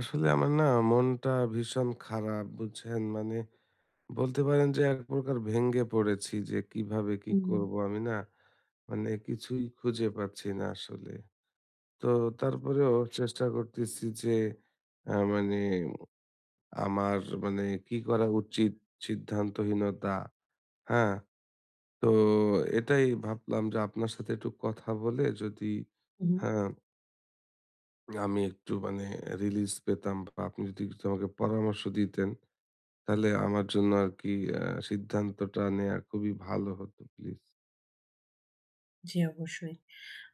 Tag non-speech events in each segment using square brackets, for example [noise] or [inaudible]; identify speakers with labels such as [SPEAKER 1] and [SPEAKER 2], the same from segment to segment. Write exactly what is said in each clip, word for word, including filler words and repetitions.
[SPEAKER 1] আসলে আমার না, মনটা ভীষণ খারাপ। বুঝছেন মানে, বলতে পারেন যে এক প্রকার ভেঙ্গে পড়েছি, যে কিভাবে কি
[SPEAKER 2] হুম,
[SPEAKER 1] করব আমি না মানে, কিছুই খুঁজে পাচ্ছি না আসলে। তো তারপরেও চেষ্টা করতেছি যে আহ, মানে আমার মানে কি করা উচিত, সিদ্ধান্তহীনতা। হ্যাঁ। তো এটাই ভাবলাম যে আপনার সাথে একটু কথা বলে যদি,
[SPEAKER 2] হুম।
[SPEAKER 1] হ্যাঁ, আমি একটু মানে রিলিজ পেতাম, বা আপনি যদি একটু আমাকে পরামর্শ দিতেন তাহলে আমার জন্য আরকি আ সিদ্ধান্তটা নেয়া খুবই ভালো হতো প্লিজ।
[SPEAKER 2] জি, অবশ্যই।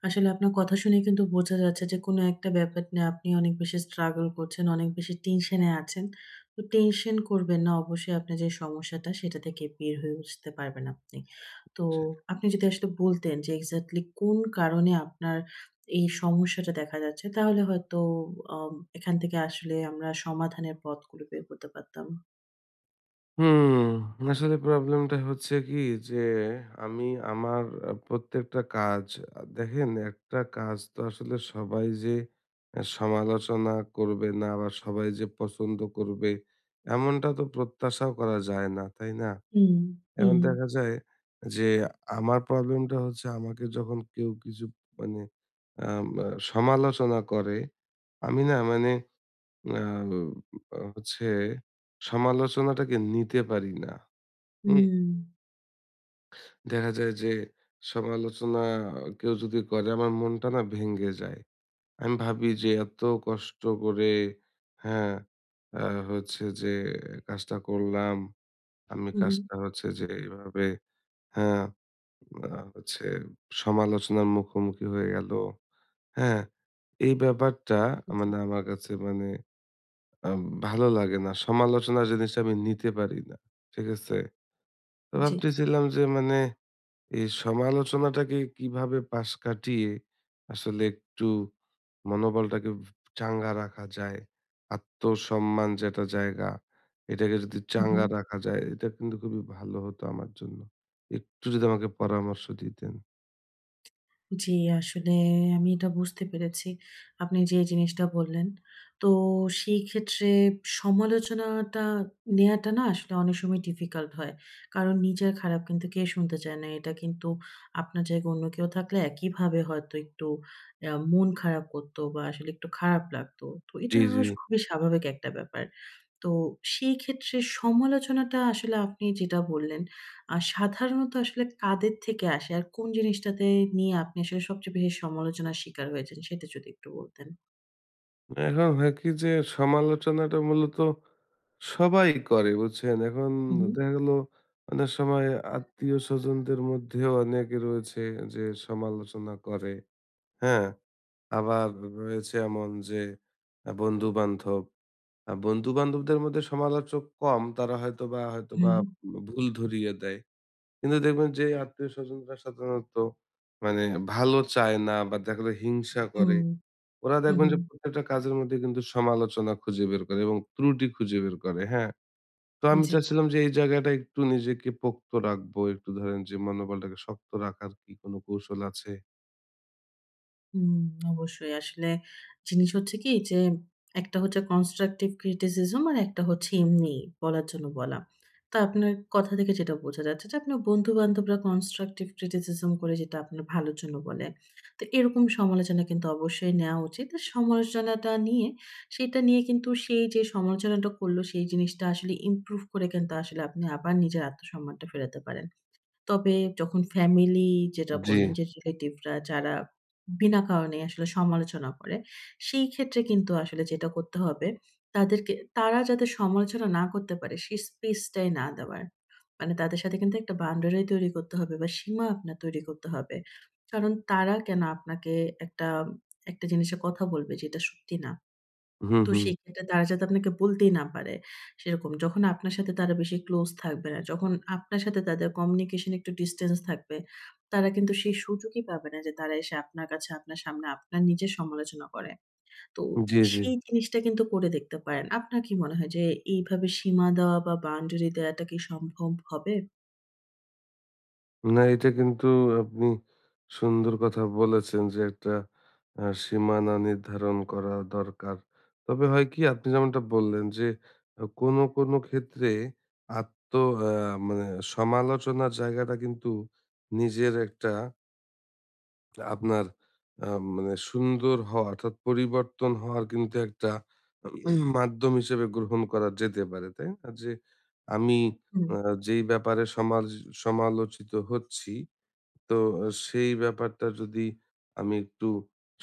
[SPEAKER 2] আসলে আপনার কথা শুনে কিন্তু বোঝা যাচ্ছে যে কোনো একটা ব্যাপার নিয়ে আপনি অনেক বেশি struggle করছেন, অনেক বেশি টেনশন এ আছেন। তো টেনশন করবেন না। অবশ্যই আপনার যে সমস্যাটা সেটা থেকে বের হয়ে উঠতে পারবেন আপনি। তো
[SPEAKER 1] জি।
[SPEAKER 2] আপনি যদি আসলে বলতেন যে এক্সাক্টলি কোন কারণে আপনার এই সমস্যাটা দেখা যাচ্ছে তাহলে হয়তো আম এখান থেকে আসলে আমরা সমাধানের পথগুলো বের করতে পারতাম।
[SPEAKER 1] হুম, আসলে প্রবলেমটা হচ্ছে কি, যে আমি আমার আ প্রত্যেকটা কাজ, আ দেখেন, একটা কাজ তো আসলে সবাই যে আ সমালোচনা করবে না বা সবাই যে পছন্দ করবে, এমনটা তো প্রত্যাশাও করা যায় না, তাই না?
[SPEAKER 2] হুম,
[SPEAKER 1] এখন
[SPEAKER 2] হুম,
[SPEAKER 1] দেখা যায় যে আমার প্রবলেমটা হচ্ছে, আমাকে যখন কেউ কিছু মানে আম আ সমালোচনা করে, আমি না মানে আ হচ্ছে সমালোচনাটাকে নিতে পারি না। হুম?
[SPEAKER 2] হুম,
[SPEAKER 1] দেখা যায় যে সমালোচনা কেউ যদি করে আমার মনটা না ভেঙে যায়। আমি ভাবি যে এত কষ্ট করে, হ্যাঁ, আ হচ্ছে যে কাজটা করলাম। আমি
[SPEAKER 2] হুম, হুম,
[SPEAKER 1] কাজটা হচ্ছে যে এভাবে, হ্যাঁ, আ হচ্ছে সমালোচনার মুখোমুখি হয়ে গেল। হ্যাঁ? এই ব্যাপারটা
[SPEAKER 2] জি,
[SPEAKER 1] মানে আমার কাছে মানে আ ভালো লাগে না। সমালোচনা জিনিসটা আমি নিতে পারি না। ঠিক আছে? তো
[SPEAKER 2] জি।
[SPEAKER 1] ভাবতেছিলাম যে মানে এই সমালোচনাটাকে কিভাবে পাশ কাটিয়ে আসলে একটু মনোবলটাকে চাঙ্গা রাখা যায়। আত্মসম্মান যেটা জায়গা, এটাকে যদি
[SPEAKER 2] হুম,
[SPEAKER 1] চাঙ্গা
[SPEAKER 2] হুম।
[SPEAKER 1] রাখা যায়, এটা কিন্তু খুবই ভালো হতো আমার জন্য। একটু যদি আমাকে পরামর্শ দিতেন।
[SPEAKER 2] জি, আসলে আমি এটা বুঝতে পেরেছি। আপনি যে জিনিসটা বললেন। তো সেই ক্ষেত্রে সমালোচনাটা নেয়াটা না আসলে অনেক সময় ডিফিকাল্ট হয়। কারণ নিজের খারাপ কিন্তু কে শুনতে চায় না। এটা কিন্তু আপনার জায়গায় অন্য কেউ থাকলে একইভাবে হয়তো একটু অ্যা মন খারাপ করতো বা আসলে একটু খারাপ লাগতো। তো
[SPEAKER 1] জি,
[SPEAKER 2] এটা
[SPEAKER 1] জি।
[SPEAKER 2] আস খুবই স্বাভাবিক একটা ব্যাপার। তো সেই ক্ষেত্রে সমালোচনাটা আসলে আপনি যেটা বললেন আর সাধারণত আসলে কাদের থেকে আসে? আর কোন জিনিসটাতে নিয়ে আপনি আসলে সবচেয়ে বেশি সমালোচনার শিকার হয়েছেন? সেটা যদি একটু বলতেন।
[SPEAKER 1] এখন হয় কি, যে সমালোচনাটা মূলত সবাই করে বুঝছেন? এখন
[SPEAKER 2] হু,
[SPEAKER 1] দেখা গেল অনেক সময় আত্মীয়-স্বজনদের মধ্যেও অনেকে রয়েছে যে সমালোচনা করে, হ্যাঁ? আবার রয়েছে এমন যে আ বন্ধু-বান্ধব। আ বন্ধু-বান্ধবদের মধ্যে সমালোচক কম, তারা হয়তোবা
[SPEAKER 2] হু,
[SPEAKER 1] হয়তোবা ভুল ধরিয়ে দেয়। কিন্তু দেখবেন যে আত্মীয়-স্বজনরা সাধারণত মানে ভালো চায় না, বা দেখা গেল হিংসা
[SPEAKER 2] হু,
[SPEAKER 1] করে। ওরা
[SPEAKER 2] হু,
[SPEAKER 1] দেখবেন
[SPEAKER 2] হু,
[SPEAKER 1] যে
[SPEAKER 2] হু,
[SPEAKER 1] প্রত্যেকটা কাজের মধ্যে কিন্তু সমালোচনা খুঁজে বের করে এবং ত্রুটি খুঁজে বের করে, হ্যাঁ? তো আমি
[SPEAKER 2] জি।
[SPEAKER 1] চাচ্ছিলাম যে এই জায়গাটা একটু নিজেকে পোক্ত রাখবো, একটু ধরেন যে মনোবলটাকে শক্ত রাখার কি কোনো কৌশল আছে?
[SPEAKER 2] হুম, অবশ্যই। আসলে জিনিস হচ্ছে কি যে, একটা হচ্ছে কনস্ট্রাকটিভ ক্রিটিসিজম আর একটা হচ্ছে এমনি বলার জন্য বলা। তো আপনার কথা থেকে যেটা বোঝা যাচ্ছে যে, আপনার বন্ধু-বান্ধবরা কনস্ট্রাকটিভ ক্রিটিসিজম করে যেটা আপনার ভালোর জন্য বলে। তো এরকম সমালোচনা কিন্তু অবশ্যই নেওয়া উচিত। আর সমালোচনাটা নিয়ে, সেটা নিয়ে কিন্তু সেই যে সমালোচনাটা করলো, সেই জিনিসটা আসলে ইমপ্রুভ করে কিন্তু আসলে আপনি আবার নিজের আত্মসম্মানটা ফেরাতে পারেন। তবে যখন ফ্যামিলি যেটা
[SPEAKER 1] জি।
[SPEAKER 2] বললেন যে রিলেটিভরা যারা বিনা কারণে আসলে সমালোচনা করে, সেই ক্ষেত্রে কিন্তু আসলে যেটা করতে হবে তাদেরকে তারা যাতে সমালোচনা না করতে পারে সেই স্পেসটাই না দেওয়ার। মানে তাদের সাথে কিন্তু একটা বাউন্ডারি তৈরি করতে হবে বা সীমা আপনার তৈরি করতে হবে। কারণ তারা কেন আপনাকে একটা, একটা জিনিসে কথা বলবে যেটা সত্যি না।
[SPEAKER 1] হুম,
[SPEAKER 2] তো
[SPEAKER 1] হুম।
[SPEAKER 2] সেক্ষেত্রে তারা যাতে আপনাকে বলতেই না পারে, সেরকম। যখন আপনার সাথে তারা বেশি ক্লোজ থাকবে না, যখন আপনার সাথে তাদের কমিউনিকেশন একটু ডিসট্যান্স থাকবে, তারা কিন্তু সেই সুযোগই পাবে না যে তারা এসে আপনার কাছে, আপনার সামনে আপনার নিজের সমালোচনা করে। তো
[SPEAKER 1] জি, জি।
[SPEAKER 2] সেই জিনিসটা কিন্তু করে দেখতে পারেন। আপনার কি মনে হয় যে এইভাবে সীমা দেওয়া বা বাউন্ডারি দেওয়াটা কি সম্ভব হবে?
[SPEAKER 1] না, এটা কিন্তু, আপনি সুন্দর কথা বলেছেন, যে একটা আ সীমানা নির্ধারণ করা দরকার। তবে হয় কি, আপনি যেমনটা বললেন যে আ কোনো, কোনো ক্ষেত্রে আত্ম আ মানে সমালোচনার জায়গাটা কিন্তু নিজের একটা, আপনার আ মানে সুন্দর হওয়া, অর্থাৎ পরিবর্তন হওয়ার কিন্তু একটা [clears throat] উম, মাধ্যম হিসেবে গ্রহণ করা যেতে পারে, তাই না? যে আমি
[SPEAKER 2] হুম,
[SPEAKER 1] আ যেই ব্যাপারে সমাজ সমালোচিত হচ্ছি, তো আ সেই ব্যাপারটা যদি আমি একটু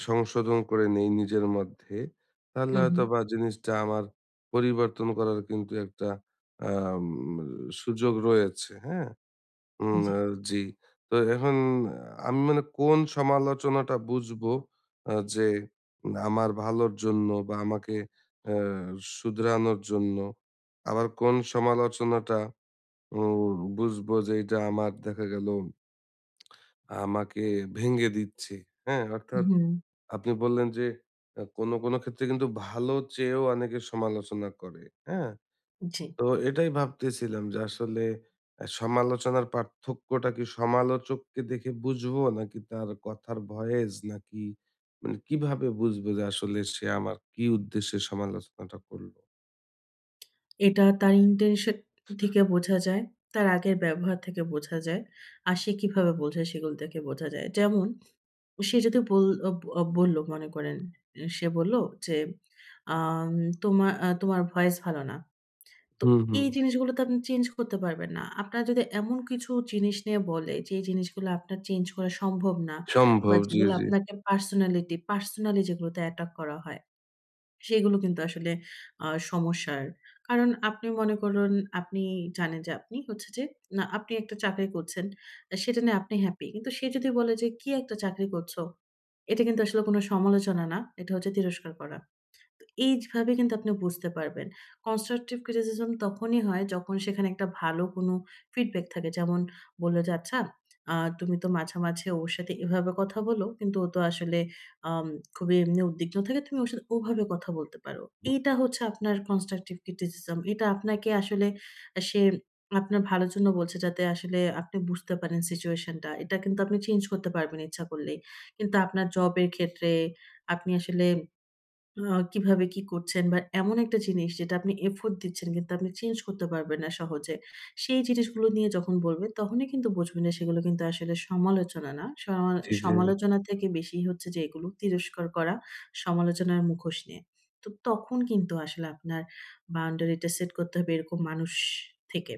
[SPEAKER 1] সংশোধন করে নেই নিজের মধ্যে, তাহলে
[SPEAKER 2] হুম, হুম।
[SPEAKER 1] হয়তোবা জিনিসটা আমার পরিবর্তন করার কিন্তু একটা আম সুযোগ রয়েছে, হ্যাঁ? উম
[SPEAKER 2] জি।
[SPEAKER 1] আ জি। তো এখন আমি মানে কোন সমালোচনাটা বুঝবো, আ যে উম, আমার ভালোর জন্য বা আমাকে আ শুধরানোর জন্য। আবার কোন সমালোচনাটা উম বুঝবো যে এটা আমার, দেখা গেল, আমাকে ভেঙে দিচ্ছে। হ্যাঁ? অর্থাৎ
[SPEAKER 2] হুম,
[SPEAKER 1] আপনি বললেন যে আ কোনো, কোনো ক্ষেত্রে কিন্তু ভালো চেয়েও অনেকে সমালোচনা করে। হ্যাঁ?
[SPEAKER 2] জি।
[SPEAKER 1] তো এটাই ভাবতেছিলাম যে আসলে আ সমালোচনার পার্থক্যটা কি সমালোচককে দেখে বুঝবো, নাকি তার কথার ভয়েস, নাকি মানে কিভাবে বুঝবো যে আসলে সে আমার কি উদ্দেশ্যে সমালোচনাটা করলো?
[SPEAKER 2] এটা তার ইনটেনশন থেকে বোঝা যায়। তার আগের ব্যবহার থেকে বোঝা যায়। আর সে কিভাবে বলছে সেগুলো থেকে বোঝা যায়। যেমন সে যদি বল অ অ বলল মনে করেন সে বলল যে, আম "তোমা আ তোমার ভয়েস ভালো না।" তো
[SPEAKER 1] হুম, হুম।
[SPEAKER 2] এই জিনিসগুলো তো আপনি চেঞ্জ করতে পারবেন না। আপনার যদি এমন কিছু জিনিস নিয়ে বলে যে এই জিনিসগুলো আপনার চেঞ্জ করা সম্ভব না বা
[SPEAKER 1] সম্ভব। জি,
[SPEAKER 2] যেগুলো
[SPEAKER 1] জি।
[SPEAKER 2] আপনাকে পার্সোনালিটি, পার্সোনালি যেগুলোতে অ্যাটাক করা হয়। সেগুলো কিন্তু আসলে আ সমস্যার। কারণ আপনি মনে করুন, আপনি জানেন যে আপনি হচ্ছে যে না আপনি একটা চাকরি করছেন। আ সেটা নিয়ে আপনি হ্যাপি। কিন্তু সে যদি বলে যে, "কি একটা চাকরি করছো?" এটা কিন্তু আসলে কোন সমালোচনা না। এটা হচ্ছে তিরস্কার করা। তো এইভাবে কিন্তু আপনি বুঝতে পারবেন। কনস্ট্রাকটিভ ক্রিটিসিজম তখনই হয় যখন সেখানে একটা ভালো কোনো ফিডব্যাক থাকে। যেমন বলল যে, "আচ্ছা, আ তুমি তো মাঝে, মাঝে ওর সাথে এভাবে কথা বলো, কিন্তু ও তো আসলে আম খুবই এমনি উদ্বিগ্ন থাকে। তুমি ওর সাথে ওভাবে কথা বলতে পারো।"
[SPEAKER 1] হুম,
[SPEAKER 2] এইটা হচ্ছে আপনার কনস্ট্রাকটিভ ক্রিটিসিজম। এটা আপনাকে আসলে আ সে আপনার ভালোর জন্য বলছে যাতে আসলে আপনি বুঝতে পারেন সিচুয়েশনটা। এটা কিন্তু আপনি চেঞ্জ করতে পারবেন ইচ্ছা করলেই। কিন্তু আপনার জবের ক্ষেত্রে আপনি আসলে আ কিভাবে কি করছেন বা এমন একটা জিনিস যেটা আপনি এফোর্ট দিচ্ছেন কিন্তু আপনি চেঞ্জ করতে পারবেন না সহজে। সেই জিনিসগুলো নিয়ে যখন বলবেন তখনই কিন্তু বুঝবেন যে সেগুলো কিন্তু আসলে সমালোচনা না। সমা
[SPEAKER 1] জি, জি,
[SPEAKER 2] সমালোচনা থেকে বেশি হচ্ছে যে এগুলো তিরস্কার করা, সমালোচনার মুখোশ নিয়ে। তো তখন কিন্তু আসলে আপনার বাউন্ডারিটা সেট করতে হবে এরকম মানুষ থেকে।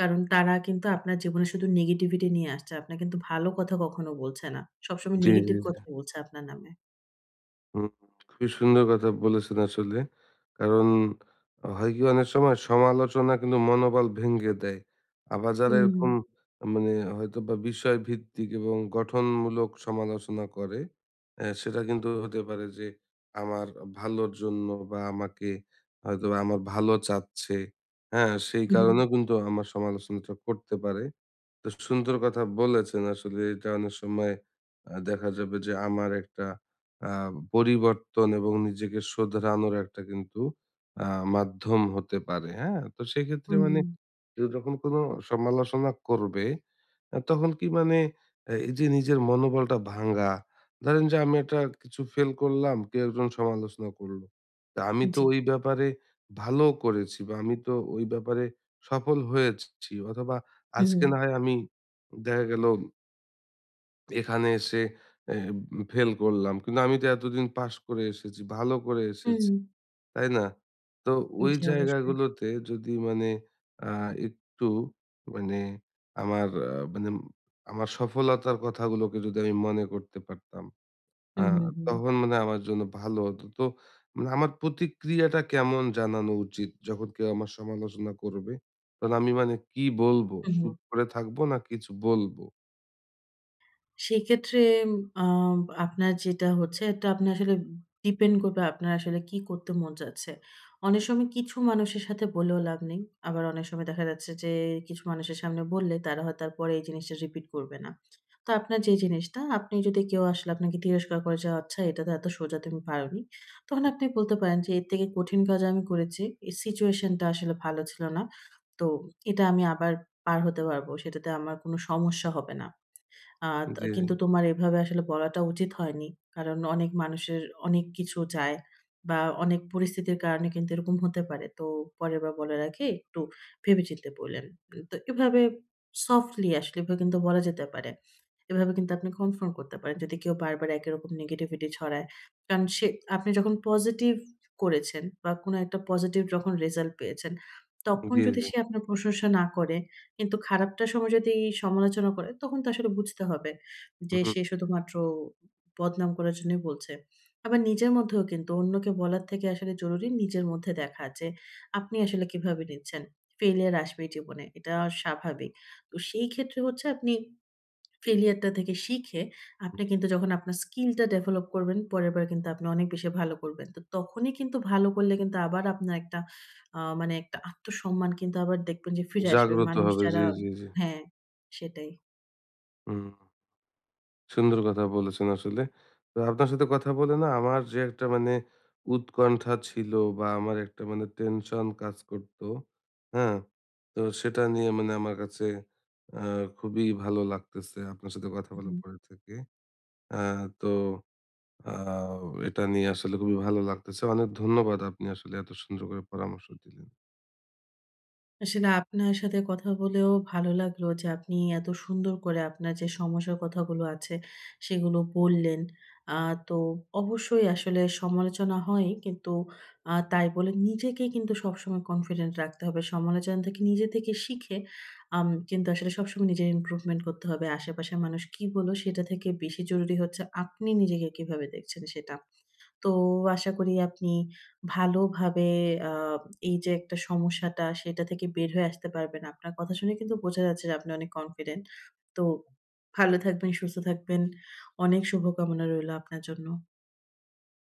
[SPEAKER 2] কারণ তারা কিন্তু আপনার জীবনে শুধু নেগেটিভিটি নিয়ে আসছে। আপনার কিন্তু ভালো কথা কখনো বলছে না। সবসময়
[SPEAKER 1] জি, জি,
[SPEAKER 2] নেগেটিভ
[SPEAKER 1] জি।
[SPEAKER 2] কথাই বলছে আপনার নামে।
[SPEAKER 1] হুম, খুবই সুন্দর কথা বলেছেন আসলে। কারণ হয় কি, অনেক সময় সমালোচনা কিন্তু মনোবল ভেঙে দেয়। আবার যারা
[SPEAKER 2] হুম,
[SPEAKER 1] এরকম মানে হয়তোবা বিষয়ভিত্তিক এবং গঠনমূলক সমালোচনা করে, অ্যা সেটা কিন্তু হতে পারে যে আমার ভালোর জন্য, বা আমাকে হয়তোবা আমার ভালো চাচ্ছে, হ্যাঁ? সেই
[SPEAKER 2] হুম,
[SPEAKER 1] কারণেও কিন্তু আমার সমালোচনাটা করতে পারে। তো সুন্দর কথা বলেছেন। আসলে এটা অনেক সময় আ দেখা যাবে যে আমার একটা আ পরিবর্তন এবং নিজেকে শোধরানোর একটা কিন্তু আ মাধ্যম হতে পারে। হ্যাঁ? তো সেক্ষেত্রে মানে
[SPEAKER 2] হুম।
[SPEAKER 1] কেউ যখন কোনো সমালোচনা করবে আ তখন কি মানে, অ্যা এই যে নিজের মনোবলটা ভাঙা, ধরেন যে আমি একটা কিছু ফেল করলাম, কেউ একজন সমালোচনা করলো। তা আমি তো
[SPEAKER 2] জি।
[SPEAKER 1] ওই ব্যাপারে ভালো করেছি, বা আমি তো ওই ব্যাপারে সফল হয়েছি, অথবা
[SPEAKER 2] হুম,
[SPEAKER 1] আজকে
[SPEAKER 2] হুম।
[SPEAKER 1] না হয় আমি দেখা গেল এখানে এসে অ্যা ফেল করলাম। কিন্তু আমি তো এতদিন পাস করে এসেছি, ভালো করে
[SPEAKER 2] হুম।
[SPEAKER 1] এসেছি। তাই না? তো ওই
[SPEAKER 2] জি, অবশ্যই।
[SPEAKER 1] জায়গাগুলোতে যদি মানে আ একটু মানে, আমার আ মানে আমার সফলতার কথাগুলোকে যদি আমি মনে করতে পারতাম, আ
[SPEAKER 2] হুম, হুম, হুম।
[SPEAKER 1] তখন মানে আমার জন্য ভালো হতো। তো মানে আমার প্রতিক্রিয়াটা কেমন জানানো উচিত? যখন কেউ আমার সমালোচনা করবে, তখন আমি মানে কি বলবো?
[SPEAKER 2] হুম, হুম।
[SPEAKER 1] চুপ করে থাকবো, না কিছু বলবো?
[SPEAKER 2] সেক্ষেত্রে আম আপনার যেটা হচ্ছে, এটা আপনি আসলে ডিপেন্ড করবে আপনার আসলে কি করতে মন চাচ্ছে। অনেক সময় কিছু মানুষের সাথে বলেও লাভ নেই। আবার অনেক সময় দেখা যাচ্ছে যে কিছু মানুষের সামনে বললে তারা হয়তো আর পরে এই জিনিসটা রিপিট করবে না। তো আপনার যে জিনিসটা, আপনি যদি কেউ আসলে আপনাকে তিরস্কার করে যে, "আচ্ছা এটা তো এত সোজা তুমি পারোনি।" তখন আপনি বলতে পারেন যে, "এর থেকে কঠিন কাজ আমি করেছি। এই সিচুয়েশনটা আসলে ভালো ছিল না। তো এটা আমি আবার পার হতে পারবো। সেটাতে আমার কোনো সমস্যা হবে না।" আ ত
[SPEAKER 1] জি,
[SPEAKER 2] কিন্তু
[SPEAKER 1] জি,
[SPEAKER 2] তোমার এভাবে আসলে বলাটা উচিত হয়নি। কারণ অনেক মানুষের অনেক কিছু যায় বা অনেক পরিস্থিতির কারণে কিন্তু এরকম হতে পারে। তো পরেরবার বলার আগে একটু ভেবে চিন্তে বললেন। তো এভাবে সফটলি আসলে এভাবে কিন্তু বলা যেতে পারে। এভাবে কিন্তু আপনি কনফার্ম করতে পারেন। যদি কেউ বারবার একই রকম নেগেটিভিটি ছড়ায়। কারণ সে আপনি যখন পজিটিভ করেছেন বা কোনো একটা পজিটিভ যখন রেজাল্ট পেয়েছেন, তখন
[SPEAKER 1] জি,
[SPEAKER 2] যদি
[SPEAKER 1] জি।
[SPEAKER 2] সে আপনার প্রশংসা না করে, কিন্তু খারাপটার সময় যদি এই সমালোচনা করে, তখন তো আসলে বুঝতে হবে যে
[SPEAKER 1] হুম,
[SPEAKER 2] সে শুধুমাত্র বদনাম করার জন্যই বলছে। আবার নিজের মধ্যেও কিন্তু অন্যকে বলার থেকে আসলে জরুরি নিজের মধ্যে দেখা যে আপনি আসলে কিভাবে নিচ্ছেন। ফেইলিয়ার আসবেই জীবনে। এটা স্বাভাবিক। তো সেই ক্ষেত্রে হচ্ছে আপনি failure টা থেকে শিখে আপনি কিন্তু যখন আপনার স্কিলটা ডেভেলপ করবেন, পরেরবার কিন্তু আপনি অনেক বেশি ভালো করবেন। তো তখনই কিন্তু ভালো করলে কিন্তু আবার আপনার একটা আ মানে একটা আত্মসম্মান কিন্তু আবার দেখবেন যে ফিরে আসবে।
[SPEAKER 1] জাগ্রত
[SPEAKER 2] মানুষ
[SPEAKER 1] হবে।
[SPEAKER 2] যারা।
[SPEAKER 1] জি, জি, জি।
[SPEAKER 2] হ্যাঁ, সেটাই।
[SPEAKER 1] হুম। সুন্দর কথা বলেছেন আসলে। তো আপনার সাথে কথা বলে না, আমার যে একটা মানে উৎকণ্ঠা ছিল বা আমার একটা মানে টেনশন কাজ করত, হ্যাঁ? তো সেটা নিয়ে মানে আমার কাছে আ খুবই ভালো লাগতেছে আপনার সাথে কথা
[SPEAKER 2] হু।
[SPEAKER 1] বলার পরে থেকে। আ তো আ এটা নিয়ে আসলে খুবই ভালো লাগতেছে। অনেক ধন্যবাদ, আপনি আসলে এত সুন্দর করে পরামর্শ দিলেন।
[SPEAKER 2] আসলে আপনার সাথে কথা বলেও ভালো লাগলো যে আপনি এত সুন্দর করে আপনার যে সমস্যার কথাগুলো আছে সেগুলো বললেন। আ তো অবশ্যই আসলে সমালোচনা হয় কিন্তু আ তাই বলে নিজেকে কিন্তু সবসময় কনফিডেন্ট রাখতে হবে। সমালোচনা থেকে নিজে থেকে শিখে আম কিন্তু আসলে সবসময় নিজের ইমপ্রুভমেন্ট করতে হবে। আশেপাশের মানুষ কি বলল সেটা থেকে বেশি জরুরি হচ্ছে আপনি নিজেকে কিভাবে দেখছেন সেটা। তো আশা করি আপনি ভালোভাবে আ এই যে একটা সমস্যাটা, সেটা থেকে বের হয়ে আসতে পারবেন। আপনার কথা শুনে কিন্তু বোঝা যাচ্ছে যে আপনি অনেক কনফিডেন্ট। তো ভালো থাকবেন, সুস্থ থাকবেন। অনেক শুভকামনা রইলো আপনার জন্য।